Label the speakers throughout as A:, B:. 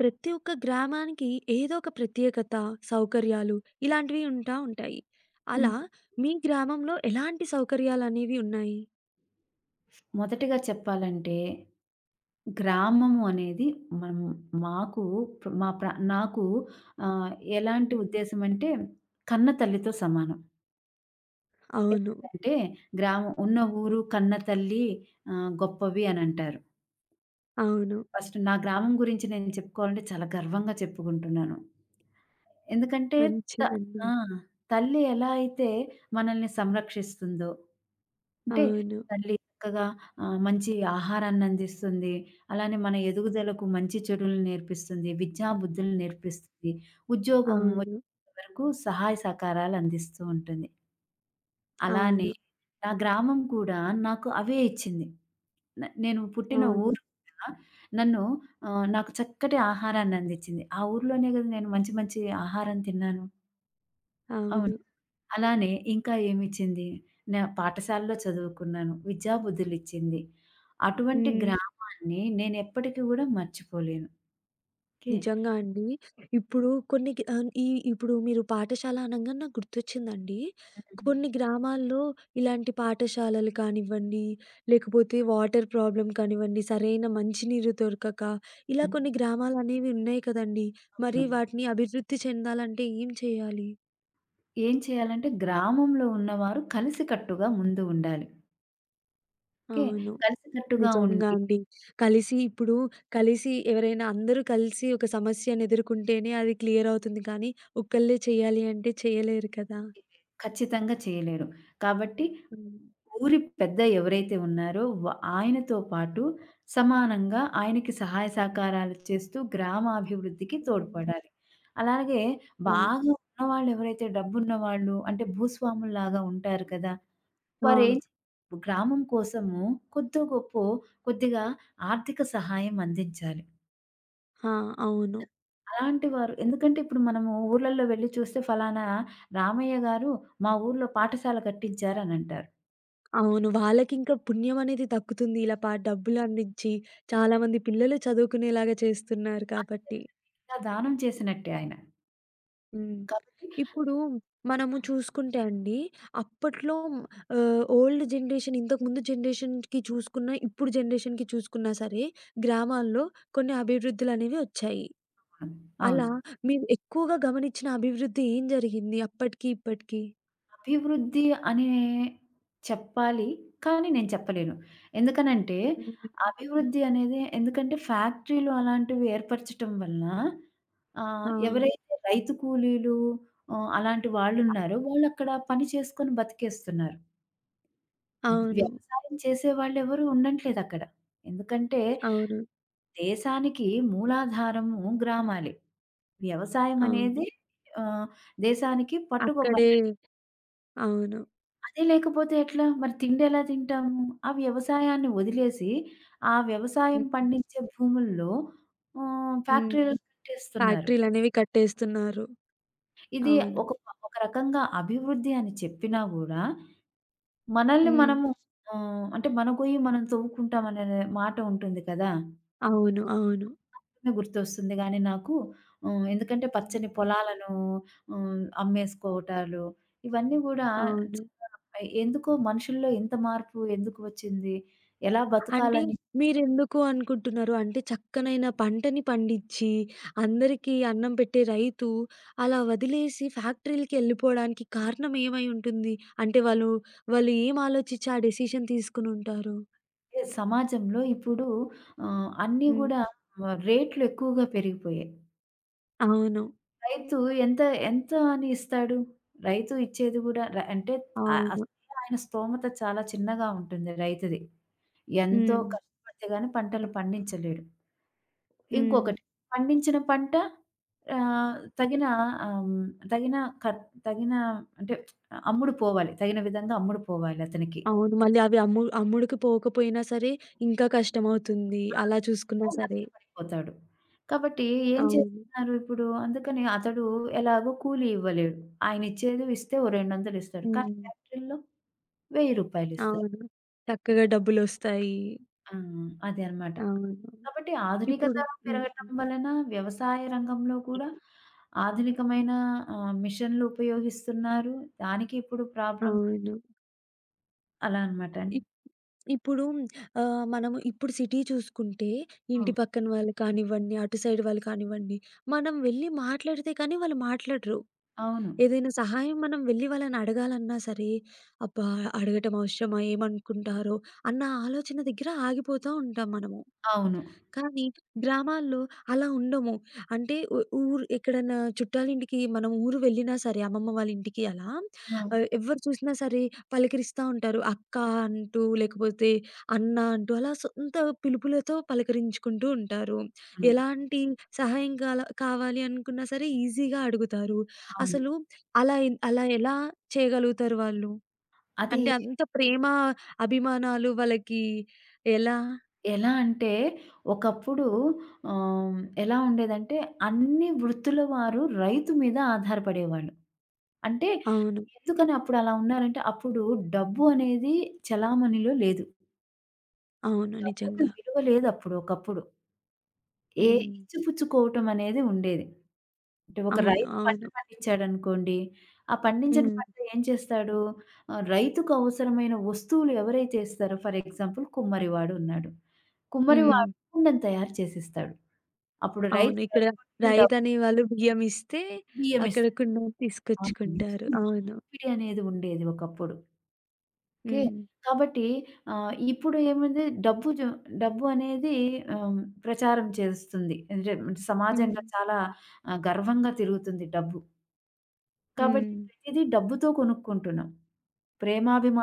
A: ప్రతి ఒక్క గ్రామానికి ఏదో ఒక ప్రత్యేకత, సౌకర్యాలు ఇలాంటివి ఉంటాయి.
B: హ్మ్.
A: అలా మీ గ్రామంలో ఎలాంటి సౌకర్యాలనేవి ఉన్నాయి?
B: మొదటిగా చెప్పాలంటే, గ్రామము అనేది మనం మాకు ప్ర మా ప్ర నాకు ఆహ్, ఎలాంటి
A: హ్మ్.
B: ఉద్దేశమంటే, కన్న తల్లితో సమానం.
A: అవును.
B: ఎందుకంటే, గ్రామం ఉన్న ఊరు కన్న తల్లి గొప్పవి అనంటారు.
A: అవును.
B: ఫస్ట్ నా గ్రామం గురించి నేను చెప్పుకోవాలంటే చాలా గర్వంగా చెప్పుకుంటున్నాను. ఎందుకంటే త
A: మంచిదండి.
B: ఆ! తల్లి ఎలా అయితే మనల్ని సంరక్షిస్తుందో, అంటే
A: అవును.
B: తల్లి చక్కగా మంచి ఆహారాన్నందిస్తుంది. అలానే మన ఎదుగుదలకు మంచి చెడులను నేర్పిస్తుంది. విద్యా బుద్ధులు నేర్పిస్తుంది. ఉద్యోగం
A: అవును.
B: వచ్చేంత వరకు సహాయ సహకారాలు అందిస్తూ ఉంటుంది. అలానే
A: అవును.
B: నా గ్రామం కూడా నాకు అవే ఇచ్చింది. నేను పుట్టిన
A: అవును.
B: ఊరు కూడా నన్ను నాకు చక్కటి ఆహారాన్నందిచ్చింది. ఆ ఊర్లోనే గదా! నేను మంచి మంచి ఆహారం తిన్నాను.
A: అవును.
B: అవును. అలానే ఇంకా ఏమిచ్చింది? నా పాఠశాలలో చదువుకున్నాను. విద్యాబుద్ధులిచ్చింది. అటువంటి
A: హ్మ్.
B: గ్రామాన్ని నేనెప్పటికి గూడా మర్చిపోలేను. ఓకే.
A: నిజంగా అండి. ఇప్పుడు కొన్ని గ్ ఆహ్, ఈ ఇప్పుడు మీరు పాఠశాల అనంగానే నాకు గుర్తొచ్చిందండి.
B: హ్మ్.
A: కొన్ని గ్రామాల్లో ఇలాంటి పాఠశాలలు కానివ్వండి, లేకపోతే వాటర్ ప్రాబ్లమ్ కానివ్వండి, సరైన మంచినీరు దొరకక, ఇలా
B: హ్మ్.
A: కొన్ని గ్రామాలనేవి ఉన్నాయి కదండీ! మరి
B: హ్మ్.
A: వాటిని అభివృద్ధి చెందాలంటే ఏం చేయాలి?
B: ఏం చేయాలంటే గ్రామంలో ఉన్నవారు కలిసికట్టుగా ముందు ఉండాలి. ఓకే.
A: అవును.
B: కలిసికట్టుగా
A: నిజంగా
B: ఉండి
A: అండి. కలిసి ఇప్పుడు కలిసి ఎవరైనా అందరూ కలిసి ఒక సమస్యను ఎదుర్కొంటేనే అది క్లియర్ అవుతుంది కానీ, ఒక్కళ్ళే చేయాలి అంటే చేయలేరు కదా!
B: ఖచ్చితంగా చేయలేరు. కాబట్టి
A: హ్మ్.
B: ఊరి పెద్ద ఎవరైతే ఉన్నారో ఆయనతో పాటు సమానంగా ఆయనకి సహాయ సహకారాలు చేస్తూ గ్రామాభివృద్ధికి
A: హ్మ్.
B: తోడ్పడాలి. అలాగే
A: అవును.
B: బాగా ఉన్నవాళ్ళు ఎవరైతే డబ్బున్నవాళ్ళు అంటే భూస్వాముల్లాగా ఉంటారు కదా!
A: ఆ!
B: వారేం గ్రామం కోసము కొద్దో గొప్పో కొద్దిగా ఆర్థిక సహాయం అందించాలి.
A: ఆ! అవును.
B: అలాంటి వారు ఎందుకంటే ఇప్పుడు మనము ఊర్లల్లో వెళ్లి చూస్తే ఫలానా రామయ్య గారు మా ఊర్లో పాఠశాల కట్టించారనంటారు.
A: అవును. వాళ్ళకింకా పుణ్యం అనేది దక్కుతుంది. ఇలా డబ్బులందించి చాలామంది పిల్లలు చదువుకునేలాగా చేస్తున్నారు కాబట్టి.
B: ఇలా దానం చేసినట్టే ఆయన.
A: హ్మ్.
B: కాబట్టి
A: ఇప్పుడు మనము చూసుకుంటే అండి, అప్పట్లో ఓల్డ్ జనరేషన్ ఇంతకుముందు జనరేషన్‌కి చూసుకున్నా, ఇప్పుడు జనరేషన్‌కి చూసుకున్నా సరే, గ్రామాల్లో కొన్ని అభివృద్ధులనేవి వచ్చాయి.
B: అన్
A: అలా
B: అవును.
A: మీరు ఎక్కువగా గమనించిన అభివృద్ధి ఏం జరిగింది అప్పటికి, ఇప్పటికి?
B: అభివృద్ధి అనే చెప్పాలి. కానీ నేను చెప్పలేను. ఎందుకనంటే,
A: హ్మ్.
B: అభివృద్ధి అనేది ఎందుకంటే ఫ్యాక్టరీలు అలాంటివి ఏర్పరచటం వలన
A: ఆ!
B: ఎవరైతే రైతు కూలీలు అలాంటి వాళ్ళున్నారో వాళ్ళక్కడ పని చేసుకొని బతికేస్తున్నారు.
A: అవును.
B: వ్యవసాయం చేసేవాళ్ళెవరు ఉండట్లేదక్కడ. ఎందుకంటే
A: అవును.
B: దేశానికి మూలాధారము గ్రామాలే. వ్యవసాయం
A: అవును.
B: అనేది ఆహ్, దేశానికి పట్టుగొమ్మ
A: అక్కడే అవును.
B: అదే లేకపోతే ఎట్లా? మరి తిండెలా తింటాము? ఆ వ్యవసాయాన్ని వదిలేసి, ఆ వ్యవసాయం
A: హ్మ్.
B: పండించే భూముల్లో
A: హ్మ్.
B: ఫ్యాక్టరీలను కట్టేస్తున్నారు.
A: ఫ్యాక్టరీలనేవి కట్టేస్తున్నారు.
B: ఇది
A: అవును.
B: ఒక రకంగా అభివృద్ధి అని చెప్పినా గూడా, మనల్ని
A: హ్మ్.
B: మనము అంటే మన గొయ్యి మనం తవ్వుకుంటాం అనే మాట ఉంటుంది కదా!
A: అవును. అవును.
B: గుర్తొస్తుంది గానీ నాకు. హ్మ్. ఎందుకంటే పచ్చని
A: హ్మ్.
B: పొలాలను అమ్మేసుకోవటాలు ఇవన్నీ గూడా
A: అవును.
B: చాలా ఎందుకో మనుషుల్లో ఇంత మార్పు ఎందుకు వచ్చింది? ఎలా
A: అంటే
B: బతకాలని
A: మీరెందుకు అనుకుంటున్నారు? అంటే చక్కనైన పంటని పండించి, అందరికీ అన్నం పెట్టే రైతు అలా వదిలేసి ఫ్యాక్టరీలకెళ్ళిపోవడానికి కారణం ఏమై ఉంటుంది? అంటే వాళ్ళు, వాళ్ళు ఏం ఆలోచించి ఆ డెసిషన్ తీసుకునుంటారు?
B: చెప్పే సమాజంలో ఇప్పుడు అన్నీ గూడా
A: హ్మ్.
B: రేట్లు ఎక్కువగా పెరిగిపోయాయి.
A: అవును.
B: రైతు ఎంత ఎంత అని ఇస్తాడు? రైతు ఇచ్చేది గూడా
A: అవును.
B: అసలే ఆయన స్తోమత చాలా చిన్నగా ఉంటుంది రైతుది. ఎంతో
A: హ్మ్.
B: కష్టపడితే గాని పంటలు పండించలేడు.
A: హ్మ్.
B: ఇంకొకటి పండించిన పంట ఆహ్, తగిన ఆహ్, హ్మ్, తగిన ఖర్ తగిన అంటే అమ్ముడు పోవాలి. తగిన విధంగా అమ్ముడు పోవాలి అతనికి.
A: అవును. మళ్ళీ అవి అమ్ముడుకి పోకపోయినా సరే, ఇంకా కష్టమవుతుంది. అలా చూసుకున్నా
B: ఆర్థికంగా
A: సరే.
B: నష్టపడిపోతాడు. కాబట్టి ఏం
A: అవును.
B: చేస్తున్నారు ఇప్పుడు? అందుకని అతడు ఎలాగో కూలీ ఇవ్వలేడు. ఆయనిచ్చేదో ఇస్తే ఓ 200 ఇస్తాడు. కానీ
A: హ్మ్.
B: ఫ్యాక్టరీలో రూ. 1000 ఇస్తారు.
A: అవును. చక్కగా డబ్బులొస్తాయి.
B: ఆ! అదే అన్నమాట.
A: అవును.
B: కాబట్టి ఆధునికత
A: ఇప్పుడు
B: పెరగటం
A: హ్మ్.
B: వలన వ్యవసాయ రంగంలో కూడా ఆధునికమైన మిషన్‌లు ఉపయోగిస్తున్నారు. దానికి ఇప్పుడు ప్రాబ్లమ్
A: అవును.
B: అలా అనమాట.
A: ఇప్ ఇప్పుడు మనము ఇప్పుడు సిటీ చూసుకుంటే,
B: ఆ!
A: ఇంటి పక్కన వాళ్ళు కానివ్వండి, అటు సైడ్ వాళ్ళు కానివ్వండి, మనం వెళ్లి మాట్లాడితే కానీ వాళ్ళు మాట్లాడరు.
B: అవును.
A: ఏదైనా సహాయం మనం వెళ్లి వాళ్ళని అడగాలన్నా సరే, అబ్బా! అడగటం అవసరమా? ఏమనుకుంటారో? అన్న ఆలోచన దగ్గర ఆగిపోతా ఉంటాం మనము.
B: అవును.
A: కానీ గ్రామాల్లో అలా ఉండము. అంటే ఊరు ఎక్కడన్నా చుట్టాలింటికి మనం ఊరు వెళ్ళినా సరే అమ్మమ్మ వాళ్ళ ఇంటికి అలా
B: హ్మ్.
A: ఎవ్వరు చూసినా సరే పలకరిస్తా ఉంటారు. అక్క అంటూ, లేకపోతే అన్న అంటూ అలా సొంత పిలుపులతో పలకరించుకుంటూ ఉంటారు.
B: అవును.
A: ఎలాంటి సహాయం గాల కావాలి అనుకున్నా సరే ఈజీగా అడుగుతారు.
B: అవును.
A: అసలు అలా ఎన్ అలా ఎలా చేయగలుగుతారు వాళ్ళు?
B: అది
A: అంటే అంత ప్రేమ, అభిమానాలు వాళ్ళకి ఎలా?
B: ఎలా అంటే ఒకప్పుడు ఆహ్, ఎలా ఉండేదంటే అన్ని వృత్తుల వారు రైతు మీద ఆధారపడేవాళ్ళు. అంటే
A: అవును.
B: ఎందుకని అప్పుడు అలా ఉన్నారంటే అప్పుడు డబ్బు అనేది చలామణిలో లేదు.
A: అవును.
B: డబ్బుకి
A: నిజంగా.
B: విలువ లేదప్పుడు ఒకప్పుడు. ఏ
A: హ్మ్.
B: ఇచ్చిపుచ్చుకోవటం అనేది ఉండేది. అంటే ఒక
A: అవును.
B: రైతు పంట
A: అవును.
B: పండించాడనుకోండి, ఆ పండించిన
A: హ్మ్.
B: పంట ఏం చేస్తాడు? రైతుకు అవసరమైన వస్తువులు ఎవరైతే ఇస్తారో ఫర్ ఎగ్జాంపుల్ కుమ్మరివాడు ఉన్నాడు.
A: హ్మ్.
B: కుమ్మరివాడు కుండను తయారు చేసిస్తాడు. అప్పుడు
A: అవును.
B: రైతు
A: ఇక్కడ
B: డబ్బులు డబ్బు
A: రైతనే వాళ్ళు బియ్యం ఇస్తే
B: బియ్యం
A: అక్కడ
B: ఇస్తాడు.
A: కుండను
B: ఆ
A: తీసుకొచ్చుకుంటారు.
B: రోజు
A: అవును.
B: మార్పిడి అనేది ఉండేది ఒకప్పుడు. ఓకే.
A: హ్మ్.
B: కాబట్టి ఇప్పుడు ఏముంది డబ్బు అనేది ఆహ్, ప్రచారం చేస్తుంది. అంటే
A: హ్మ్.
B: సమాజంలో చాలా గర్వంగా తిరుగుతుంది డబ్బు. కాబట్టి
A: హ్మ్.
B: ప్రతీదీ డబ్బుతో కొనుక్కుంటున్నాం.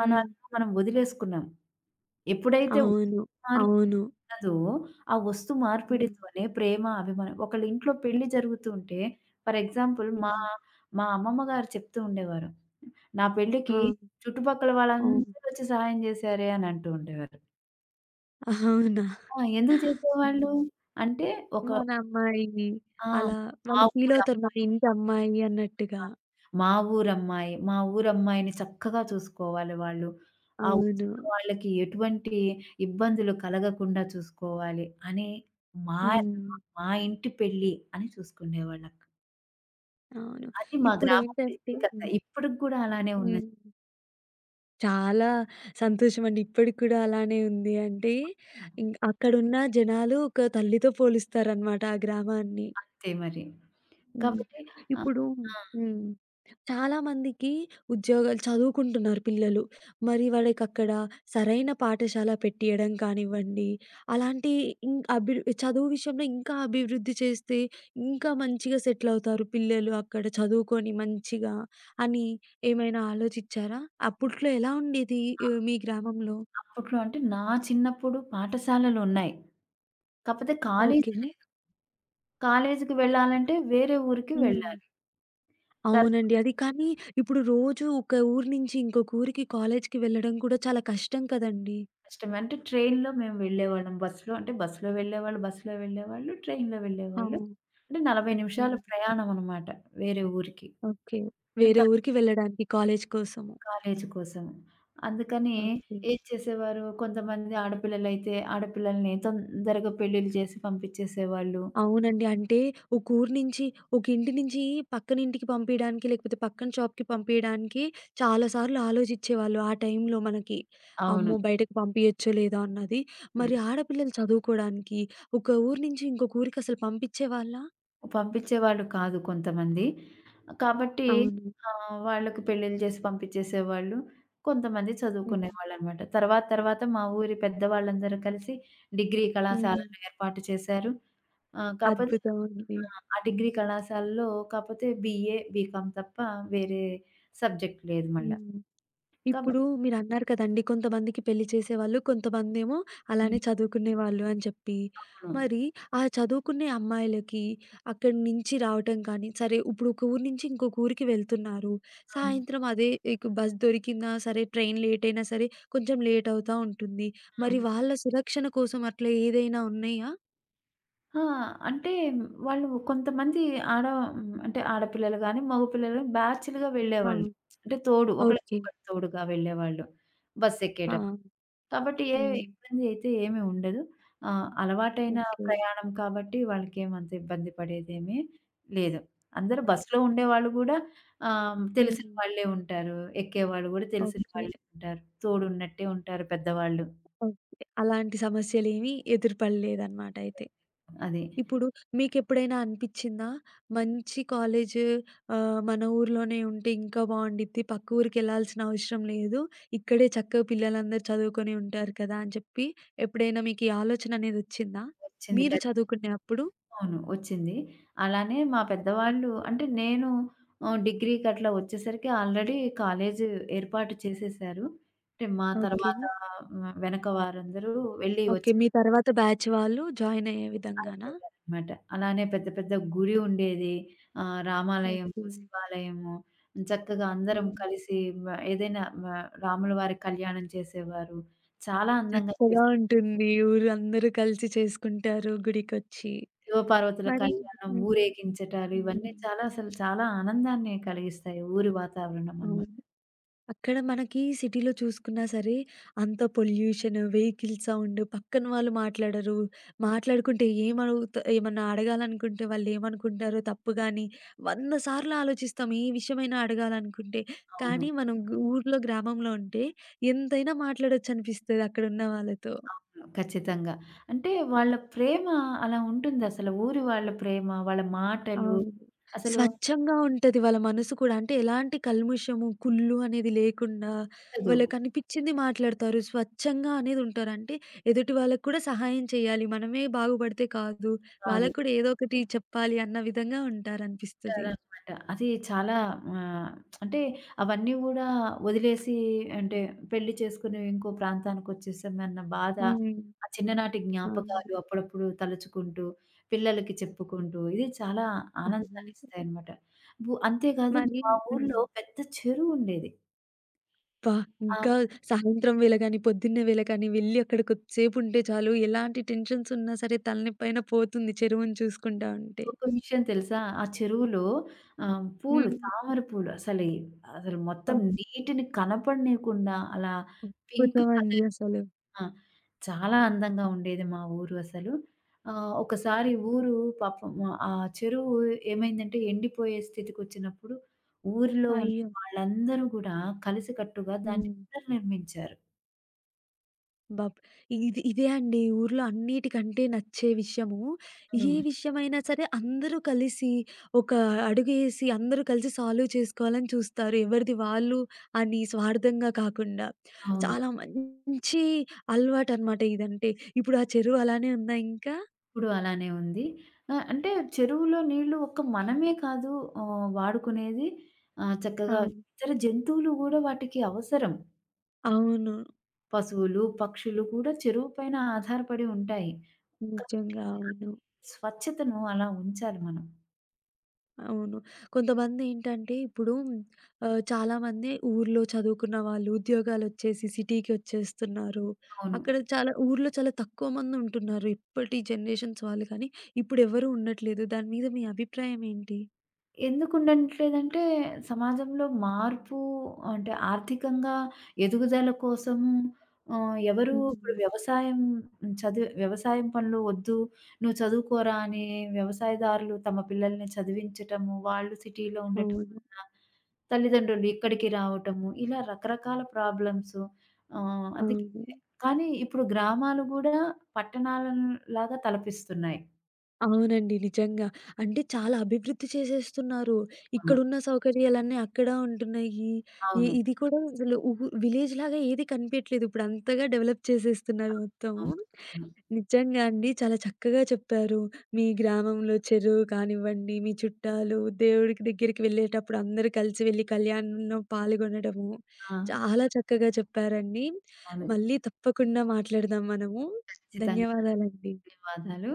A: హ్మ్.
B: మనం వదిలేసుకున్నాం. ఎప్పుడైతే వస్తు
A: అవును.
B: మార్పిడి
A: అవును.
B: ఉన్నదో, ఆ వస్తు
A: హ్మ్.
B: మార్పిడితోనే ప్రేమ, అభిమానం ఒకళ్ళ ఇంట్లో పెళ్లి జరుగుతూ ఉంటే, ఫర్ ఎగ్జాంపుల్ మా
A: హ్మ్.
B: మా అమ్మమ్మ గారు చెప్తూ ఉండేవారు. నా పెళ్ళికి
A: ఆ!
B: చుట్టుపక్కల
A: అవును.
B: వాళ్ళందరూ వచ్చి సహాయం జేశారే అని అంటూ ఉండేవారు.
A: అవునా?
B: ఆ! ఎందుకు చేసేవాళ్ళు?
A: హ్మ్.
B: అంటే ఒక
A: మన అమ్మాయి
B: ఆ!
A: అలా
B: మా
A: వాళ్ళు
B: ఊర
A: ఫీలవుతారు. మన ఇంటి అమ్మాయి అన్నట్టుగా.
B: మా ఊరమ్మాయి. మా ఊరమ్మాయిని చక్కగా చూసుకోవాలి వాళ్ళు. ఆ
A: అవును.
B: వచ్చిన వాళ్ళకి ఎటువంటి ఇబ్బందులు కలగకుండా చూసుకోవాలి అని మా
A: హ్మ్.
B: మా ఇంటి పెళ్ళి అని చూసుకునేవాళ్ళక్క.
A: అవును.
B: అది మా గ్రామం
A: ఇప్పుడేంటంటే
B: ప్రత్యేకత. ఇప్పటికి గూడా అలానే
A: హ్మ్.
B: ఉన్నది
A: చాలా సంతోషమండి. ఇప్పటికి కూడా అలానే ఉంది. అంటే ఇంక అక్కడున్న జనాలు ఒక తల్లితో పోలుస్తారనమాట ఆ గ్రామాన్ని.
B: అంతే మరి.
A: హ్మ్.
B: కాబట్టి ఆ!
A: ఇప్పుడు
B: ఆ!
A: హ్మ్. చాలామందికి ఉద్యోగాలు చదువుకుంటున్నారు పిల్లలు. మరి వాళ్ళకక్కడ సరైన పాఠశాల పెట్టియడం కానివ్వండి, అలాంటి ఇం అభివృ చదువు విషయంలో ఇంకా అభివృద్ధి చేస్తే, ఇంకా మంచిగా సెటిలవుతారు పిల్లలు అక్కడ చదువుకొని మంచిగా అని ఏమైనా ఆలోచిచ్చారా? అప్పట్లో ఎలా ఉండేది మీ గ్రామంలో?
B: అప్పట్లో అంటే నా చిన్నప్పుడు పాఠశాలలున్నాయి. కాపోతే కాలేజీ
A: ఓకే.
B: లేదు. కాలేజీకి వెళ్ళాలంటే వేరే ఊరికి
A: హ్మ్.
B: వెళ్ళాలి. చాలా
A: అవునండి. అది కానీ ఇప్పుడు రోజు ఒక ఊరు నుంచి ఇంకొక ఊరికి కాలేజికి వెళ్ళడం కూడా చాలా కష్టం కదండీ!
B: కష్టం. అంటే ట్రైన్‌లో మేము వెళ్ళేవాళ్ళం. బస్సులో వెళ్ళేవాళ్ళు, ట్రైన్‌లో వెళ్ళేవాళ్ళు.
A: అవును.
B: అంటే 40 నిమిషాల
A: హ్మ్.
B: ప్రయాణం అనమాట వేరే ఊరికి.
A: ఓకే. వేరే
B: తన
A: ఊరికి వెళ్ళడానికి కాలేజీ కోసము.
B: కాలేజీ కోసం. అందుకని
A: ఓకే.
B: ఏం చేసేవారు కొంతమంది ఆడపిల్లలైతే ఆడపిల్లల్ని తొందరగా పెళ్ళిళ్ళు చేసి పంపించేసేవాళ్ళు.
A: అవునండి. అంటే ఒక ఊరు నుంచి, ఒక ఇంటి నుంచి పక్కనింటికి పంపియడానికి, లేకపోతే పక్కన షాప్‌కి పంపియడానికి చాలా సార్లు ఆలోచిచ్చేవాళ్ళు. ఆ టైంలో మనకి.
B: అవును.
A: అమ్మో! బయటకి పంపియచ్చో లేదో అన్నది. మరి ఆడపిల్లలు చదువుకోడానికి ఒక ఊరు నుంచి ఇంకొక ఊరికసలు పంపిచ్చేవాళ్ళా?
B: పంపించేవాళ్ళు కాదు కొంతమంది. కాబట్టి
A: అవును.
B: వాళ్ళకి పెళ్ళిళ్ళు చేసి పంపించేసేవాళ్ళు. కొంతమంది
A: హ్మ్.
B: చదువుకునేవాళ్ళనమాట. తర్వాత తర్వాత మా ఊరి పెద్దవాళ్ళందరూ కలిసి డిగ్రీ
A: హ్మ్.
B: కళాశాలను ఏర్పాటు చేశారు. ఆహ్, కాపోతే ఆ!
A: అద్భుతం అండి.
B: కాకపోతే ఆ డిగ్రీ కళాశాలలో బీఏ, బీకామ్ తప్ప వేరే సబ్జెక్ట్ లేదు మళ్ళా.
A: హ్మ్. ఇప్పుడు
B: కాబట్టి
A: మీరన్నారు కదండీ! కొంతమందికి పెళ్లి చేసేవాళ్ళు. కొంతమందేమో
B: హ్మ్.
A: అలానే చదువుకునేవాళ్ళు అని చెప్పి.
B: అవును.
A: మరి ఆ చదువుకునే అమ్మాయిలకి అక్కడి నుంచి రావటం కానీ, సరే ఇప్పుడు ఒక ఊరు నుంచి ఇంకొక ఊరికి వెళ్తున్నారు.
B: ఆ!
A: సాయంత్రం అదే ఇక బస్ దొరికినా సరే, ట్రైన్ లేట్ అయినా సరే, కొంచెం లేట్ అవుతా ఉంటుంది.
B: ఆ!
A: మరి వాళ్ళ సురక్షణ కోసం అట్లా ఏదైనా ఉన్నాయా?
B: ఆ! అంటే వాళ్ళు కొంతమంది ఆడ అంటే ఆడపిల్లలు గాని, మగ పిల్లలు బ్యాచులుగా
A: ఆ!
B: వెళ్ళేవాళ్ళు. అంటే
A: ఓకే.
B: ఒకళ్ళకొకళ్ళు తోడుగా వెళ్ళేవాళ్ళు బస్
A: ఆ!
B: ఎక్కేటప్పుడు. కాబట్టి ఏ
A: హ్మ్.
B: ఇబ్బంది అయితే ఏమి ఉండదు. అలవాటైన
A: ఓకే.
B: ప్రయాణం కాబట్టి వాళ్ళకేమి అంత ఇబ్బంది పడేదేమీ లేదు. అందరూ
A: ఓకే.
B: బస్‌లో ఉండేవాళ్ళు గూడా తెలిసిన
A: హ్మ్.
B: వాళ్ళే ఉంటారు. ఎక్కేవాళ్ళు గూడా తెలిసిన
A: ఓకే.
B: వాళ్ళే ఉంటారు. తోడున్నట్టే ఉంటారు పెద్దవాళ్ళు.
A: ఓకే. అలాంటి సమస్యలేమీ ఎదురుపడలేదన్నమాట అయితే.
B: అది.
A: ఇప్పుడు మీకెప్పుడైనా అనిపిచ్చిందా? మంచి కాలేజ్ మన ఊర్లోనే ఉంటే ఇంకా బావుండిద్ది. పక్క ఊరికెళ్ళాల్సిన అవసరం లేదు. ఇక్కడే చక్కగా పిల్లలందరూ చదువుకొని ఉంటారు కదా! అని చెప్పి ఎప్పుడైనా మీకీ ఆలోచన అనేదొచ్చిందా? మీరు
B: చిందిక
A: చదువుకునే అప్పుడు?
B: అవును. వచ్చింది. అలానే మా పెద్దవాళ్ళు అంటే నేను డిగ్రీకి అట్లా వచ్చేసరికి ఆల్రెడీ కాలేజు ఏర్పాటు చేసేసారు. అంటే మా
A: ఓకే.
B: తర్వాత వెనక వారందరూ వెళ్ళి
A: ఓకే.
B: వచ్చి
A: మీ తర్వాత బ్యాచ్ వాళ్ళు జాయిన్ అయ్యే విధంగానా?
B: అయ్యేవారనమాట. అలానే పెద్ద పెద్ద గుడి ఉండేది. రామాలయము,
A: ఓకే.
B: శివాలయము చక్కగా అందరం
A: హ్మ్.
B: కలిసి మ ఏదైనా మ రాముల వారి కళ్యాణం చేసేవారు. చాలా అందంగా
A: చక్కగా
B: చేసేవారు.
A: ఉంటుంది. ఊరందరూ కలిసి చేసుకుంటారు గుడికొచ్చి.
B: శివపార్వతుల
A: మరి
B: కళ్యాణం,
A: హ్మ్.
B: ఊరేగించటాలు ఇవన్నీ
A: హ్మ్.
B: చాలా అసలు చాలా ఆనందాన్ని కలిగిస్తాయి. ఊరి వాతావరణం
A: అవును.
B: అన్నమాట.
A: అక్కడ మనకి సిటీలో చూసుకున్నా సరే, అంత పొల్యూషన్, వెహికల్ సౌండ్, పక్కన వాళ్ళు మాట్లాడరు. మాట్లాడుకుంటే ఏమన్నా అడగాలనుకుంటే వాళ్ళేమనుకుంటారో తప్పు గాని, 100 సార్లు ఆలోచిస్తాం ఏ విషయమైనా అడగాలనుకుంటే.
B: అవును.
A: కానీ మనం ఊర్లో, గ్రామంలో ఉంటే ఎంతైనా మాట్లాడొచ్చనిపిస్తది అక్కడున్న వాళ్ళతో.
B: అవును. ఖచ్చితంగా. అంటే వాళ్ళ ప్రేమ అలా ఉంటుందసలు. ఊరి వాళ్ళ ప్రేమ, వాళ్ళ మాటలు
A: అవును.
B: అసలు
A: స్వచ్ఛంగా ఉంటది వాళ్ళ మనసు కూడా. అంటే ఎలాంటి కల్ముషము, కుళ్ళు అనేది లేకుండా
B: ఉండదు.
A: వాళ్ళకనిపిచ్చింది మాట్లాడతారు. స్వచ్ఛంగా అనేది ఉంటారు. అంటే ఎదుటి వాళ్ళకి కూడా సహాయం చేయాలి. మనమే బాగుపడితే కాదు.
B: కాదు.
A: వాళ్ళకి కూడా ఏదో ఒకటి చెప్పాలి అన్న విధంగా ఉంటారనిపిస్తది.
B: ఇచ్చారనమాట. అది చాలా ఆహ్, అంటే అవన్నీ గూడా వదిలేసి అంటే పెళ్లి చేసుకుని ఇంకో ప్రాంతానికొచ్చేసామన్న బాధ,
A: హ్మ్.
B: ఆ చిన్ననాటి జ్ఞాపకాలు
A: అవును.
B: అప్పుడప్పుడు తలుచుకుంటూ, పిల్లలకి చెప్పుకుంటూ ఇది చాలా
A: అవును.
B: ఆనందాన్నిస్తాయనమాట. అంతేకాదు
A: మరి
B: మా
A: హ్మ్.
B: ఊర్లో పెద్ద చెరువుండేది.
A: అబ్బా!
B: ఆ!
A: ఇంకా సాయంత్రం వేళ గాని, పొద్దున్నే వేళ కానీ వెళ్లి అక్కడ కొద్దిసేపు ఉంటే చాలు ఎలాంటి టెన్షన్స్ ఉన్నా సరే తలనొప్పైనా పోతుంది చెరువుని చూసుకుంటా ఉంటే.
B: ఒక విషయం తెలుసా? ఆ చెరువులో ఆహ్, పూలు
A: హ్మ్.
B: తామర పూలు అసలు అసలు
A: అబ్బా!
B: మొత్తం నీటిని కనపడనీయకుండా అలా పింక్
A: అద్భుతం అండి
B: కలర్
A: అసలు.
B: ఆ! చాలా అందంగా ఉండేది మా ఊరు అసలు. ఆహ్, ఒకసారి ఊరు పాపం ఆ చెరువు ఏమైందంటే ఎండిపోయే స్థితికొచ్చినప్పుడు ఊరిలో ఉన్న
A: అయ్యో!
B: వాళ్ళందరూ గూడా కలిసికట్టుగా దాన్ని
A: హ్మ్.
B: పునర్నిర్మించారు.
A: బాబ్ ఇది ఇదే అండి ఊర్లో అన్నిటికంటే నచ్చే విషయము.
B: ఆ!
A: ఏ విషయమైనా సరే అందరూ కలిసి ఒక అడుగేసి అందరూ కలిసి సాల్వ్ చేసుకోవాలని చూస్తారు. ఎవరిది వాళ్ళు అని స్వార్థంగా కాకుండా.
B: అవును.
A: చాలా మంచి అలవాటనమాట ఇదంటే. ఇప్పుడు ఆ చెరువు అలానే ఉందా ఇంకా?
B: ఇప్పుడు అలానే ఉంది. అంటే చెరువులో నీళ్లు ఒక్క మనమే కాదు వాడుకునేది.
A: ఆ!
B: చక్కగా ఇతర జంతువులు గూడా వాటికి అవసరం.
A: అవును.
B: పశువులు, పక్షులు కూడా చెరువు పైన ఆధారపడి ఉంటాయి. కాబట్టి
A: నిజంగా. అవును.
B: స్వచ్ఛతను అలా ఉంచాలి మనం.
A: అవును. కొంతమందేంటంటే ఇప్పుడు చాలామంది ఊర్లో చదువుకున్న వాళ్ళు ఉద్యోగాలొచ్చేసి సిటీకొచ్చేస్తున్నారు.
B: అవును.
A: అక్కడ చాలా ఊర్లో చాలా తక్కువ మందుంటున్నారు. ఇప్పటి జనరేషన్స్ వాళ్ళు కానీ, ఇప్పుడెవరూ ఉండట్లేదు. దాని మీద మీ అభిప్రాయం ఏంటి?
B: ఎందుకు ఉండట్లేదంటే సమాజంలో మార్పు అంటే ఆర్థికంగా ఎదుగుదల కోసము ఎవరు ఇప్పుడు
A: హ్మ్.
B: వ్యవసాయం చదువు వ్యవసాయం పనులు వద్దు, నువ్వు చదువుకోరా అని వ్యవసాయదారులు తమ పిల్లల్ని చదివించటము, వాళ్ళు సిటీలో ఉండటం
A: అవును.
B: వల్ల తల్లిదండ్రులు ఇక్కడికి రావటము, ఇలా రకరకాల ప్రాబ్లమ్స్. అందుకే
A: అవును.
B: కానీ ఇప్పుడు గ్రామాలు గూడా పట్టణాలలాగా తలపిస్తున్నాయి.
A: అవునండి. నిజంగా. అంటే చాలా అభివృద్ధి చేసేస్తున్నారు.
B: అవును.
A: ఇక్కడున్న సౌకర్యాలన్నీ అక్కడ ఉంటున్నాయి.
B: అవును.
A: ఇది కూడా అసలు విలేజ్ లాగా ఏది కనిపియట్లేదు. ఇప్పుడు అంతగా డెవలప్ చేసేస్తున్నారు మొత్తం.
B: అవును. అవును.
A: నిజంగా అండి. చాలా చక్కగా చెప్పారు. మీ గ్రామంలో చెరువు కానివ్వండి, మీ చుట్టాలు, దేవుడికి దగ్గరికి వెళ్ళేటప్పుడు అందరూ కలిసి వెళ్లి కళ్యాణంలో పాల్గొనడము.
B: ఆ!
A: చాలా చక్కగా చెప్పారండి.
B: అవును.
A: మళ్ళీ తప్పకుండా మాట్లాడదాం మనము.
B: ఖచ్చితంగా.
A: ధన్యవాదాలండి.
B: ధన్యవాదాలు.